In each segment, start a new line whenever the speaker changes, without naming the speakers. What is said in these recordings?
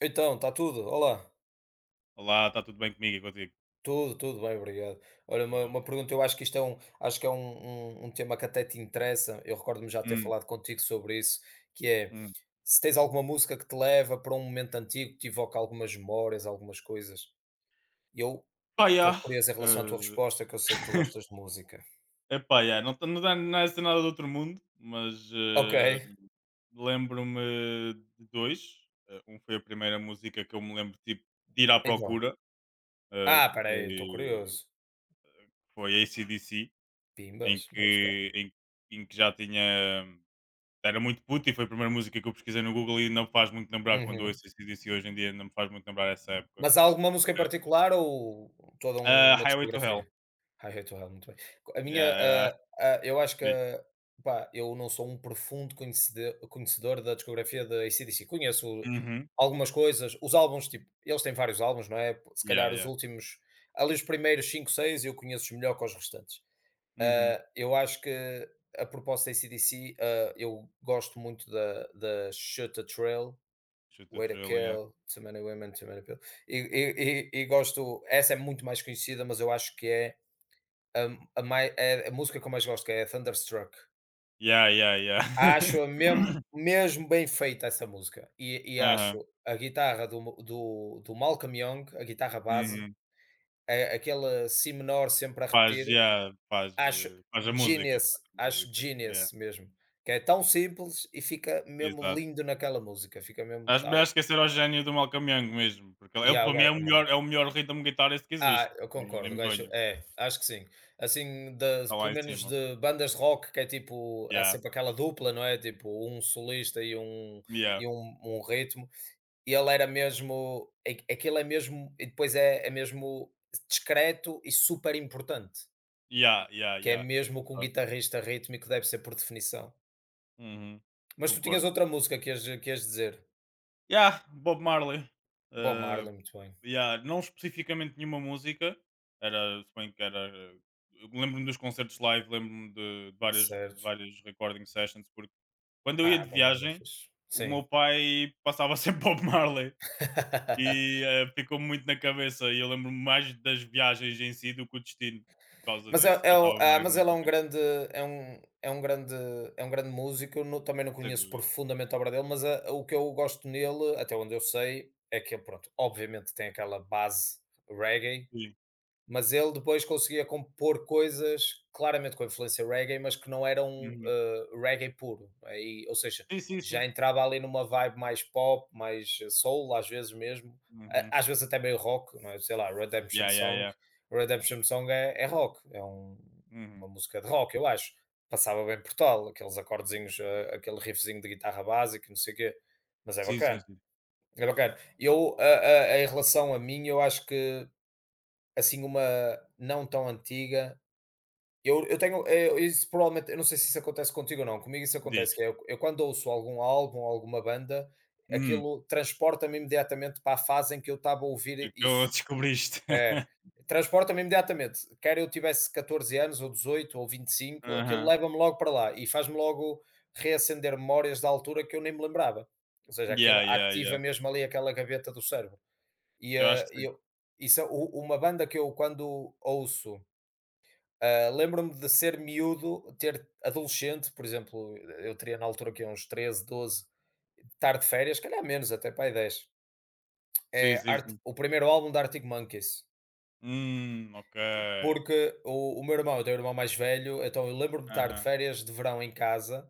Então, está tudo? Olá.
Olá, está tudo bem comigo e contigo?
Tudo, tudo bem, obrigado. Olha, uma,
Ainda bem.
uma pergunta, eu acho que isto acho que é um tema que até te interessa. Eu recordo-me já ter
Hum,
falado contigo sobre isso, que é
hum.
se tens alguma música que te leva para um momento antigo, que te evoca algumas memórias, algumas coisas. E eu
Pá,
estou
yeah.
curioso em relação à tua
Eh,
resposta, que eu sei que tu gostas de música.
Epá, yeah. Não, não, não é assim nada do outro mundo, mas
Ok,
lembro-me de dois. Um foi a primeira música que eu me lembro tipo, de ir à
então.
procura, que
Ah, peraí, estou
foi,
curioso.
foi AC/DC, em
Pimbas, vai buscar.
que, em, em que já tinha. Era muito puto e foi a primeira música que eu pesquisei no Google e não me faz muito lembrar quando eu
Uhum.
ouço AC/DC hoje em dia, não me faz muito lembrar essa época.
Mas há alguma música em
Eh,
particular ou toda uma
Highway to Hell.
discografia? Highway to Hell, muito bem. A minha,
Yeah, era.
ah, ah, eu acho que, pá, eu não sou um profundo conhecede conhecedor da discografia de AC/DC. Conheço
Mhm.
algumas coisas, os álbuns, tipo, eles têm vários álbuns, não é? Se
Yeah,
calhar os
yeah.
últimos, ali os primeiros 5, 6 eu conheço-os melhor que os restantes.
Mhm.
Ah, eu acho que a proposta AC/DC, eu gosto muito da Shut the Trail,
Shoot the
Wait a
drill, yeah.
Kill, Too Many Women, Too Many Pill. E gosto, essa é muito mais conhecida, mas eu acho que é a, é a música que eu mais gosto, que é a Thunderstruck.
Yeah, yeah, yeah.
Acho-a mesmo, mesmo bem feita essa música. E
Aham.
acho a guitarra do Malcolm Young, a guitarra base,
Uhum.
aquele si menor sempre a
Faz,
repetir,
yeah, faz,
acho
eh, faz a música, faz a
acho
música. Yeah,
genius mesmo. Que é tão simples e fica mesmo
exato.
lindo naquela música, fica mesmo
Acho melhor
tal.
esquecer o gênio do Malcolm Young mesmo, porque
E
ele,
há,
para mim
é uma.
é o melhor rhythm guitarist que
Ah,
existe.
eu
Nem, nem
concordo,
me
gajo
venham.
é, acho que sim. Assim, de
Está
pelo
lá em
menos
cima.
de bandas de rock, que é tipo, há
Yeah,
sempre aquela dupla, não é? Tipo, um solista e um
yeah,
e um ritmo, e ele era mesmo a aquilo é mesmo e depois é mesmo discreto e super importante,
yeah, yeah,
que é
yeah.
mesmo com um
Exato.
guitarrista rítmico deve ser por definição.
Uhum.
Mas tu tinhas
Concordo.
outra música que ias dizer?
Yeah, Bob Marley.
Bob
Eh,
Marley, muito bem,
Yeah, não especificamente nenhuma música, era, se bem que era. Eu lembro-me dos concertos live, lembro-me de, de várias, de
certo.
várias recording sessions, porque quando eu
Ah,
ia de
Bob Marley é
viagem,
fixe.
o
Sim.
meu pai passava sempre Bob Marley e ficou muito na cabeça. E eu lembro-me mais das viagens em si do que o destino, por causa
Mas, é,
disso,
é o
passava
ah,
várias
mas ele
músicas,
é um é um grande é um grande músico, eu não também não
sem
conheço
dúvida.
profundamente a obra dele, mas a o que eu gosto nele, até onde eu sei, é que ele, pronto, obviamente tem aquela base reggae,
Sim,
mas ele depois conseguia compor coisas claramente com influência reggae, mas que não eram,
uhum.
reggae puro. Aí, ou seja,
Sim, sim.
já
Sim.
entrava ali numa vibe mais pop, mais soul, às vezes mesmo,
Uhum.
a às vezes até meio rock, não é, sei lá, Redemption
Yeah, yeah,
Song.
yeah.
Redemption Song é rock, é
Uhum.
uma música de rock, eu acho. Passava bem por tal, aqueles acordezinhos, aquele riffzinho de guitarra básica e não sei o quê, mas é
Sim, sim,
bacana,
sim.
é bacana. Eu, a em relação a mim, eu acho que, assim, uma não tão antiga. Eu tenho, isso provavelmente eu não sei se isso acontece contigo ou não, comigo isso
Diz.
acontece que é, eu quando ouço algum álbum alguma banda,
Uhum.
aquilo transporta-me imediatamente para a fase em que eu estava a ouvir isso.
Então descobriste.
É, transporta-me imediatamente, quer eu tivesse 14 anos ou 18 ou 25, aquilo
Aham.
leva-me logo para lá e faz-me logo reacender memórias da altura que eu nem me lembrava. Ou seja, aquilo
Yeah, yeah, yeah.
ativa mesmo ali aquela gaveta do cérebro. E,
Eu acho que sim.
eu, isso é u uma banda que eu quando ouço, lembro-me de ser miúdo, ter adolescente, por exemplo, eu teria na altura que uns 13, 12, tarde de férias, se calhar menos até para aí 10.
Sim,
É
sim,
Art
sim.
o primeiro álbum da Arctic Monkeys.
Ok.
Porque o meu irmão, eu tenho um irmão mais velho, então eu lembro-me de estar de
Aham,
férias de verão em casa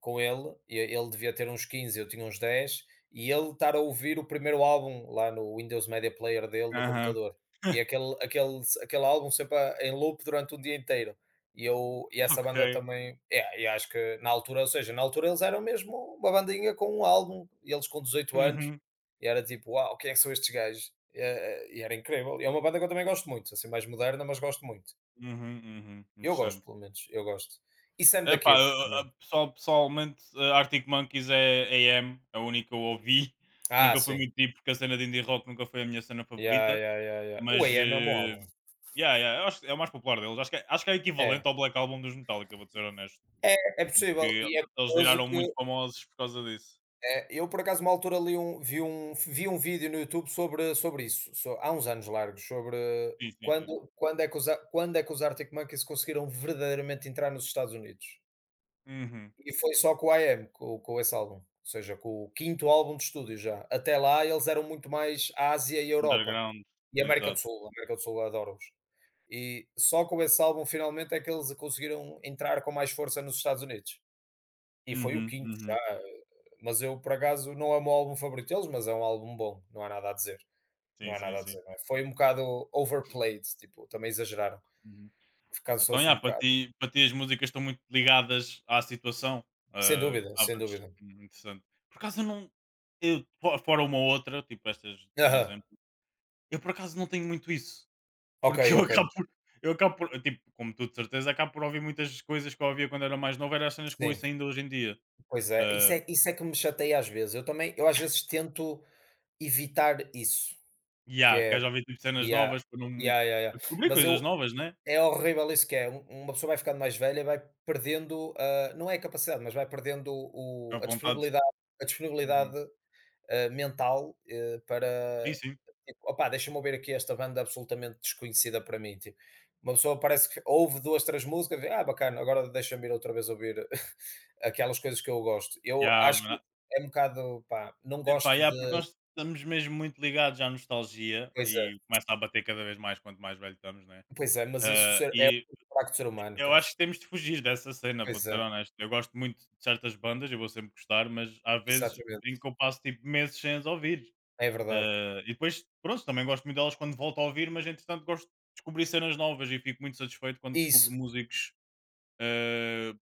com ele, e ele devia ter uns 15, eu tinha uns 10 e ele estar a ouvir o primeiro álbum lá no Windows Media Player dele no
aham.
computador. E aquele álbum sempre a em loop durante um dia inteiro. E essa banda
Ok.
também é, e acho que na altura na altura eles eram mesmo uma bandinha com um álbum, e eles com 18 anos,
Uhum,
e era tipo, uau, quem é que são estes gajos? E era incrível. E é uma banda que eu também gosto muito, assim, mais moderna, mas gosto muito.
uhum, uhum.
Eu gosto,
Interessante.
pelo menos, eu gosto. E Sam da
Epá,
Kid também.
pessoalmente, Arctic Monkeys é AM, a única que eu ouvi.
Ah,
Nunca fui
sim.
muito tipo, porque a cena de indie rock nunca foi a minha cena
Yeah,
favorita.
yeah, yeah, yeah. O
Mas,
AM é um bom álbum.
yeah, yeah, eu acho que é o mais popular deles. Acho que, acho que é
É.
equivalente ao Black Album dos Metallica, vou ser honesto.
É, é possível.
Porque
E é
eles
curioso
viraram
que
muito famosos por causa disso.
é, eu por acaso uma altura li um, vi, um, vi um vídeo no YouTube sobre, isso, há uns anos largos, sobre
Sim, sim, sim.
quando é que os Arctic Monkeys conseguiram verdadeiramente entrar nos Estados Unidos.
Uhum.
E foi só com o I Am, com esse álbum, ou seja, com o quinto álbum de estúdio já. Até lá eles eram muito mais Ásia e Europa,
Underground,
e
exato.
América do Sul eu adoro-os. E só com esse álbum finalmente é que eles conseguiram entrar com mais força nos Estados Unidos. E foi o
Uhum,
quinto
uhum.
já, mas eu por acaso não é o meu álbum favorito deles, mas é um álbum bom, não há nada a dizer, não
Sim,
há
sim,
nada a
sim.
dizer, não é? Foi um bocado overplayed, tipo, também exageraram,
Uhum. Então,
cansou-se um
yeah, para
bocado.
ti, para ti as músicas estão muito ligadas à situação
Sem
que
dúvida, sem
estavas.
dúvida.
Hum. Interessante. Por acaso eu não. Fora uma ou outra, tipo estas como
Aham.
exemplo, eu por acaso não tenho muito isso.
Ok,
Porque eu acabo
ok.
por. Eu acabo por. Tipo, como tu de certeza, acabo por ouvir muitas coisas que eu ouvia quando era mais novo, era as cenas que eu
Sim.
ouço ainda hoje em dia.
Pois é,
Ah,
isso é que me chateia às vezes. Eu também eu às vezes tento evitar isso, que
yeah, queres
é
ouvir tipo, cenas
yeah,
novas para não.
yeah, yeah, yeah.
Para descobrir
Mas
coisas
eu
novas, né?
é horrível isso que é, uma pessoa vai ficando mais velha e vai perdendo, não é a capacidade, mas vai perdendo o
À
a
vontade.
disponibilidade a
Uhum.
disponibilidade, mental,
Sim,
para
sim.
tipo: "Opá, deixa-me ouvir aqui esta banda absolutamente desconhecida para mim", tipo, uma pessoa parece que ouve 2 3 músicas e: "Ah, bacana, agora deixa-me ir outra vez ouvir". Aquelas coisas que eu gosto. Eu
Ya,
acho que
mano.
é um bocado, pá, não
Epá,
gosto
ya, porque
de
nós estamos mesmo muito ligados à nostalgia
coisa, é,
e começa a bater cada vez mais quanto mais velho estamos, né?
pois é, mas isso ser é o
E
fraco do ser humano,
eu acho que
caraças.
temos de fugir dessa cena, vou
Pois é,
ser honesto. Eu gosto muito de certas bandas, eu vou sempre gostar, mas há vezes em
exatamente,
que eu passo tipo meses sem as ouvir.
é verdade.
E depois, pronto, também gosto muito delas quando volto a ouvir, mas entretanto gosto de descobrir cenas novas e fico muito satisfeito quando descubro
Isso,
músicos, ah,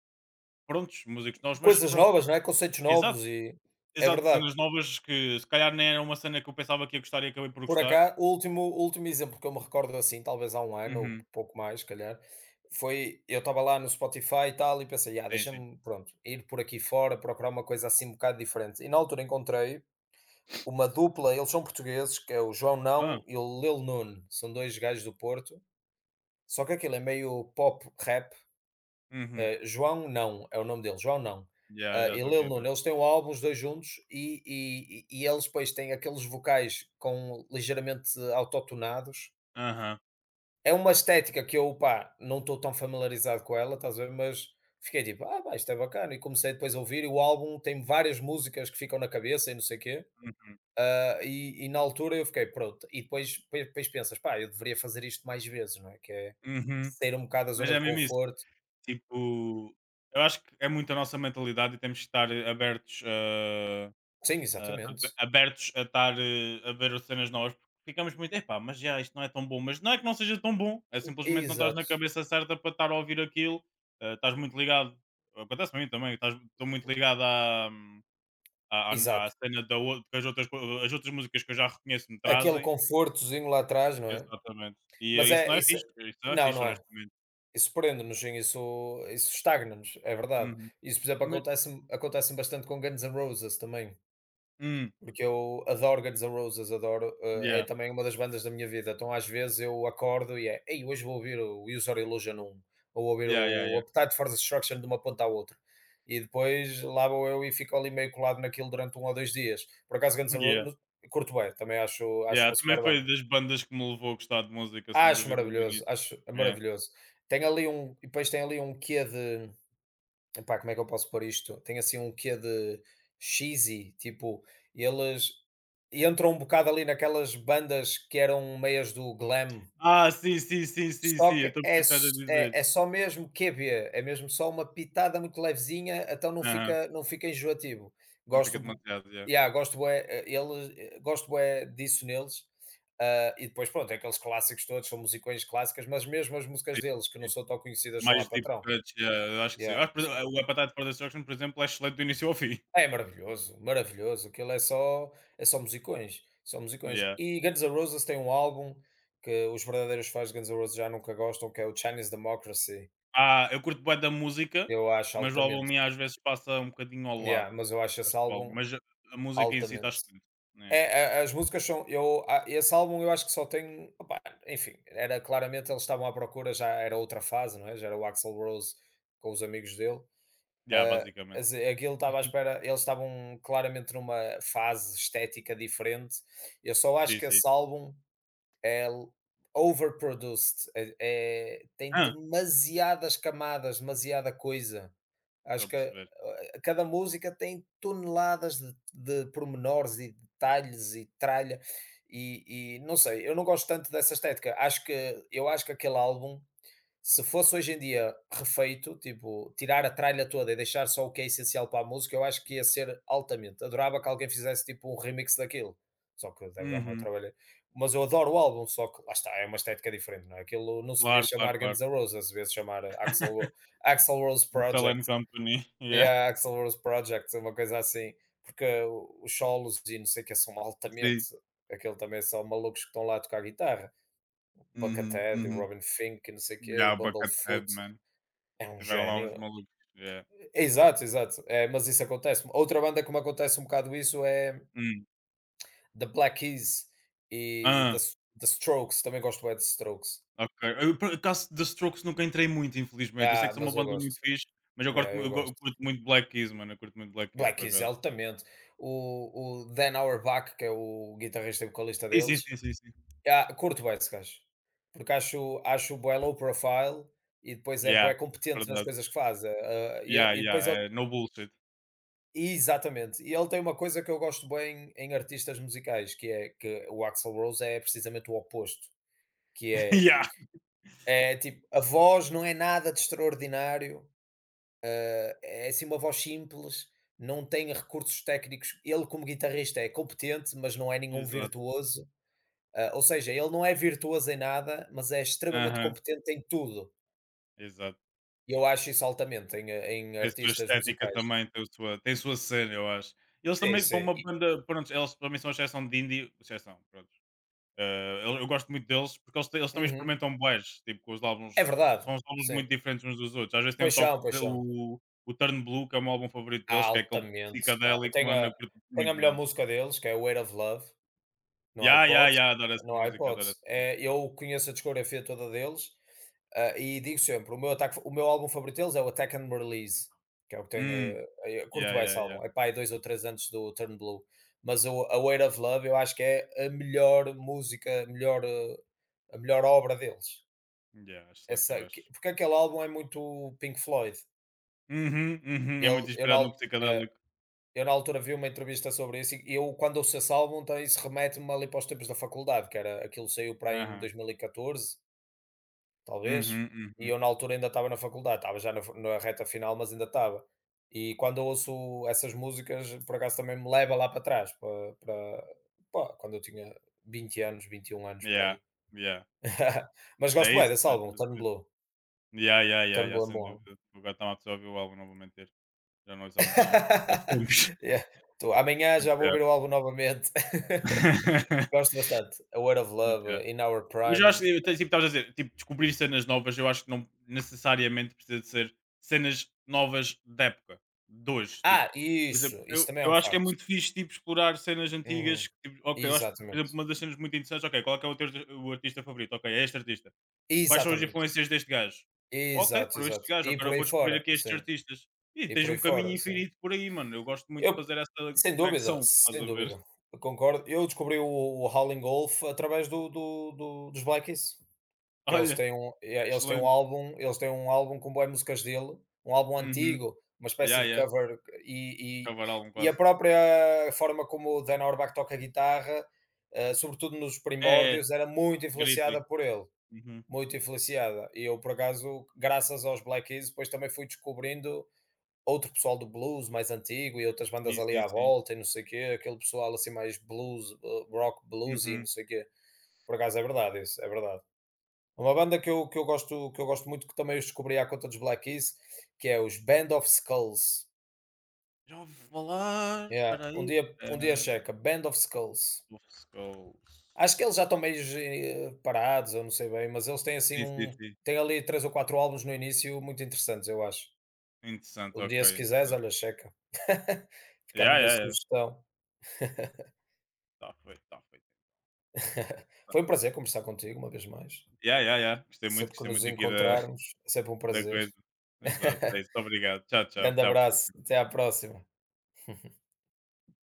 prontos, músicos novos, mas
coisas
pronto,
novas, não é, conceitos
exato.
novos e é
Exato,
verdade.
cenas novas que se calhar nem era uma cena que eu pensava que ia gostar e acabei por
Por
gostar.
acá, o último exemplo que eu me recordo, assim, talvez há um ano ou
Uhum,
pouco mais, se calhar, foi eu estava lá no Spotify e tal e pensei: "Ah,
sim, sim.
deixa-me, pronto, ir por aqui fora, procurar uma coisa assim um bocado diferente", e na altura encontrei uma dupla, eles são portugueses, que é o João
Ah,
Não e o Lil Nun, são 2 gajos do Porto, só que aquilo é meio pop rap,
uhum.
João Não é o nome dele, João Não,
Já, já
e
estou
Lil
aqui a
Nun,
ver.
eles têm um álbum os 2 juntos e eles depois têm aqueles vocais com ligeiramente autotunados.
Aham.
É uma estética que eu, pá, não estou tão familiarizado com ela, estás a ver, mas fiquei tipo: "Ah, pá, isto é bacana", e comecei depois a ouvir e o álbum tem várias músicas que ficam na cabeça e não sei o quê. Ah, e na altura eu fiquei, pronto, e depois pensas, pá, eu deveria fazer isto mais vezes, não é? Que é
Uhum.
sair um bocado da
Mas
zona
é
de
mesmo isso.
conforto.
Tipo, eu acho que é muito a nossa mentalidade e temos que estar
Sim,
a-
exatamente.
abertos a estar a ver as cenas novas. Porque ficamos muito, epá, mas já isto não é tão bom. Mas não é que não seja tão bom, é simplesmente não estás na
Exato,
cabeça certa para estar a ouvir aquilo. Estás muito ligado, acontece-me mim também, estou muito ligado à, há a
exato.
cena da ou que as outras co as outras músicas que eu já reconheço me
Aquele
trazem
confortozinho lá atrás, não é?
exatamente. E,
Mas
isso não
é
é
isso, é.
fixe, isso não é
Não,
fixe,
não é.
honestamente.
Isso prende-nos, sim, isso estagna-nos, é verdade.
Uhum.
Isso, por exemplo,
Ma
acontece bastante com Guns N' Roses também.
Hum,
Porque eu adoro Guns N' Roses, adoro, é
yeah,
também uma das bandas da minha vida, então às vezes eu acordo e é: "Ei, hoje vou ouvir o Use Your Illusion 1", ou ouvir
yeah, yeah,
o
yeah.
Appetite for Destruction de uma ponta à outra, e depois lá vou eu e fico ali meio colado naquilo durante um ou 2 dias. Por acaso Guns N'
Yeah,
Roses curto bué, também acho
yeah,
uma super
também foi
banda.
das bandas que me levou a gostar de música, sem
Acho
dúvida, no
maravilhoso,
início.
acho
É.
maravilhoso. Tem ali um e depois tem ali um quê de. Epá, como é que eu posso pôr isto? Tem assim um quê de cheesy, tipo, eles entram um bocado ali naquelas bandas que eram meias do glam,
Sim, sim, sim, sim, sim,
só que
eu estou a
é,
perceber o que estás a dizer.
é só mesmo QB, é mesmo só uma pitada muito levezinha, então
Aham,
não fica enjoativo.
não
Gosto,
fica
bu-
demasiado, yeah.
yeah, gosto, bué, ele, gosto bué disso neles. Ah, e depois, pronto, é aqueles clássicos todos, são musicões clássicas, mas mesmo as músicas
Sim,
deles, que não
sim.
são tão conhecidas, são a
Mais deep
patrão.
cuts, yeah, eu acho que sim.
Yeah.
Por exe O Appetite for Destruction, por exemplo, é excelente do início ao fim.
É maravilhoso, maravilhoso. Aquilo é só, musicões, só musicões.
Yeah.
E Guns N' Roses tem um álbum que os verdadeiros fãs de Guns N' Roses já nunca gostam, que é o Chinese Democracy.
Eu curto bué da música,
Eu acho
mas o álbum
altamente.
em às vezes passa um bocadinho ao
Yeah,
lado.
mas eu acho esse
Gosto do álbum,
álbum
mas a música em si está
altamente.
excelente,
É,
né.
é, as músicas são. Eu, esse álbum eu acho que só tem. Opá, enfim, era claramente eles estavam à procura, já era outra fase, não é? Já era o Axl Rose com os amigos dele.
Já
Ah,
basicamente.
as aquilo estava à espera eles estavam claramente numa fase estética diferente. Eu só acho
Sim,
que
sim.
esse álbum é l overproduced, é tem
Hã,
demasiadas camadas, demasiada coisa.
Estou
Acho
a
que,
perceber.
cada música tem toneladas de pormenores e detalhes e tralha, e não sei, eu não gosto tanto dessa estética. Acho que aquele álbum se fosse hoje em dia refeito, tipo, tirar a tralha toda e deixar só o que é essencial para a música, eu acho que ia ser altamente. Adorava que alguém fizesse tipo um remix daquilo. Só que deve dar uma
Uhum.
trabalho. Mas eu adoro o álbum, só que lá está, é uma estética diferente, não é? Aquilo não se devia
Claro, claro,
chamar Guns
claro.
N' Roses, devia se chamar Axel, Axel Rose
Excel
Project.
and Company,
É
yeah.
a Axel Rose Project, uma coisa assim, porque os solos e não sei o que são
Sim.
altamente. Aquele também são malucos que estão lá a tocar guitarra.
Uhum,
Buckethead, o
uhum.
Robin Fink, e não sei o que, o
Yeah, Buckethead,
Bumblefoot.
man.
É um
Tiveram lá uns
gênio.
malucos, yeah.
Exato, exato. É, mas isso acontece. Outra banda que me acontece um bocado isso é
Hum.
The Black Keys e
Hã,
The Strokes. Também gosto bem de Strokes.
ok. Eu por acaso The Strokes nunca entrei muito, infelizmente. Eu sei
Ah,
que são uma
mas eu
banda muito
gosto.
fixe, mas eu corto
É, eu
eu go
gosto.
eu curto muito Black Keys, mano. Eu curto muito Black Keys,
Black
por
Keys, é
acaso.
altamente. O Dan Auerbach, que é o guitarrista e vocalista
Sim, sim,
deles,
sim, sim, sim.
ah, curto bem esse gajo. Porque acho bué low profile e depois é
Yeah,
bué competente nas
verdade.
coisas que faz.
Yeah,
E depois ele
yeah, no bullshit.
exatamente. E ele tem uma coisa que eu gosto bem em artistas musicais, que é que o Axl Rose é precisamente o oposto, que é
Yeah,
tipo, a voz não é nada de extraordinário, é assim uma voz simples, não tem recursos técnicos. Ele, como guitarrista, é competente, mas não é nenhum
exato.
virtuoso. Ah, ou seja, ele não é virtuoso em nada, mas é extremamente
Aham,
competente em tudo.
exato.
E eu acho isso altamente em, em
Tem a sua
artistas
estética
musicais.
também, tem a sua cena, eu acho. Eles
Sim,
também
sim.
para uma
E-
banda, pronto, eles para mim são a exceção de indie, exceção, pronto. Eu gosto muito deles porque eles também
uhum.
experimentam bués, tipo, com os álbuns
É verdade.
são uns álbuns
Sim.
muito diferentes uns dos outros. Às vezes tem um
paixão
toque
paixão
o Turn Blue, que é o meu álbum favorito
ah,
deles, que é aquele
altamente. Ah,
psicadélico,
tem
mano,
a
eu curto
tem a
muito,
melhor
mano.
música deles, que é "Weight of Love", no há
Yeah,
no
yeah, yeah, adoro essa
não é,
música, adoro essa música.
eu conheço a discografia toda deles, ah, e digo sempre, o meu álbum favorito deles é o Attack and Release, que é o que tem,
Hum,
eu curto
yeah,
bué esse
yeah, yeah.
álbum, é pá aí 2 ou 3 antes do Turn Blue, mas o a "Weight of Love" eu acho que é a melhor música, a melhor, a melhor obra deles.
Yeah, excelente, eu
Essa que
acho.
porque aquele álbum é muito Pink Floyd.
Uhum, uhum, é
Ele
muito
eu na
inspirado
al
no
eh
psicodélico.
Eu na altura vi uma entrevista sobre isso e eu quando ouço esse álbum também isso remete-me ali para os tempos da faculdade, que era aquilo saiu para aí em
Aham.
2014 talvez,
Uhum,
e
uhum.
eu na altura ainda estava na faculdade, estava já na, na reta final, mas ainda estava. E quando eu ouço essas músicas, por acaso também me leva lá para trás, pá, quando eu tinha 20 anos, 21 anos por
Yeah,
aí.
yeah.
mas
É
gosto bem
isso,
desse
mas
álbum,
olha
Turn
tudo.
Blue.
Yeah, yeah, yeah,
Turn
yeah,
Blue é um
sem
bom álbum.
dúvida. Agora está-me pessoa a ouvir o álbum, não vou mentir. Já não ouço há uns tempos.
Yeah, tô amanhã já vou
Yeah.
ouvir o álbum novamente. Gosto bastante. "Aware of Love",
Yeah.
"In Our
Mas eu acho
Prime".
que, tipo, estavas a dizer, tipo, descobrir cenas novas, eu acho que não necessariamente precisa de ser cenas novas da época, de hoje. Tipo,
Ah,
por exemplo,
isso
eu,
também é
eu
um
acho que é
facto.
muito fixe, tipo, explorar cenas antigas.
Uhum,
Que, tipo, ok, eu acho, que, por exemplo,
exatamente.
uma das cenas muito interessantes, ok, qual é, que é o, teu, o artista favorito? Ok, é este artista. Quais são as
Exatamente.
influências deste gajo? Ok,
Exato,
foram estes
exato.
gajos,
E
agora
por
eu
aí
vou descobrir
fora,
aqui estes
sim.
artistas. E
E
tens
por
um
aí
caminho
fora, sim.
infinito por aí, mano. Eu gosto muito de
Eu
fazer essa
sem dúvida,
conexão, estás
sem
a ver?
dúvida, eu concordo. Eu descobri o Howlin' Wolf através do dos Black Keys. Que eles
Olha,
têm um eles têm um
excelente.
álbum com boas músicas dele, um álbum
Uhum.
antigo, uma espécie
Yeah,
de
yeah.
cover e e
Cavar álbum
e a
quase.
própria forma como o Dan Orbach toca a guitarra, sobretudo nos
É,
primórdios, era muito influenciada
Griti,
por ele,
uhum.
muito influenciada. E eu, por acaso, graças aos Black Keys, depois também fui descobrindo outro pessoal do blues mais antigo e outras bandas
Sim,
ali
sim,
à
sim.
volta e não sei o quê, aquele pessoal assim mais blues, rock bluesy não
Uhum.
sei o quê. Por acaso é verdade isso, é verdade. Uma banda que eu gosto muito, que também os descobri à conta dos Black Keys, que é os Band of Skulls.
Já ouvi falar.
Yeah,
Espera aí.
um dia
Band
checa, Band of Skulls.
of Skulls.
Acho que eles já estão meio parados, eu não sei bem, mas eles têm assim
Sim, sim,
um
sim.
têm ali 3 ou 4 álbuns no início muito interessantes, eu acho.
Interessante,
Um
ok,
dia se quiseres,
interessante.
olha, checa. Fica a
Yeah,
minha
yeah, yeah.
sugestão.
Tá feito, tá feito.
Foi um prazer conversar contigo uma vez mais.
Yeah, yeah, yeah.
Sempre que
Gostei
nos
muito aqui da,
encontrarmos, é sempre um
da
prazer.
coisa. Exato, é isso. Obrigado. Tchau, tchau.
Grande
Até à
abraço,
próxima.
até à próxima.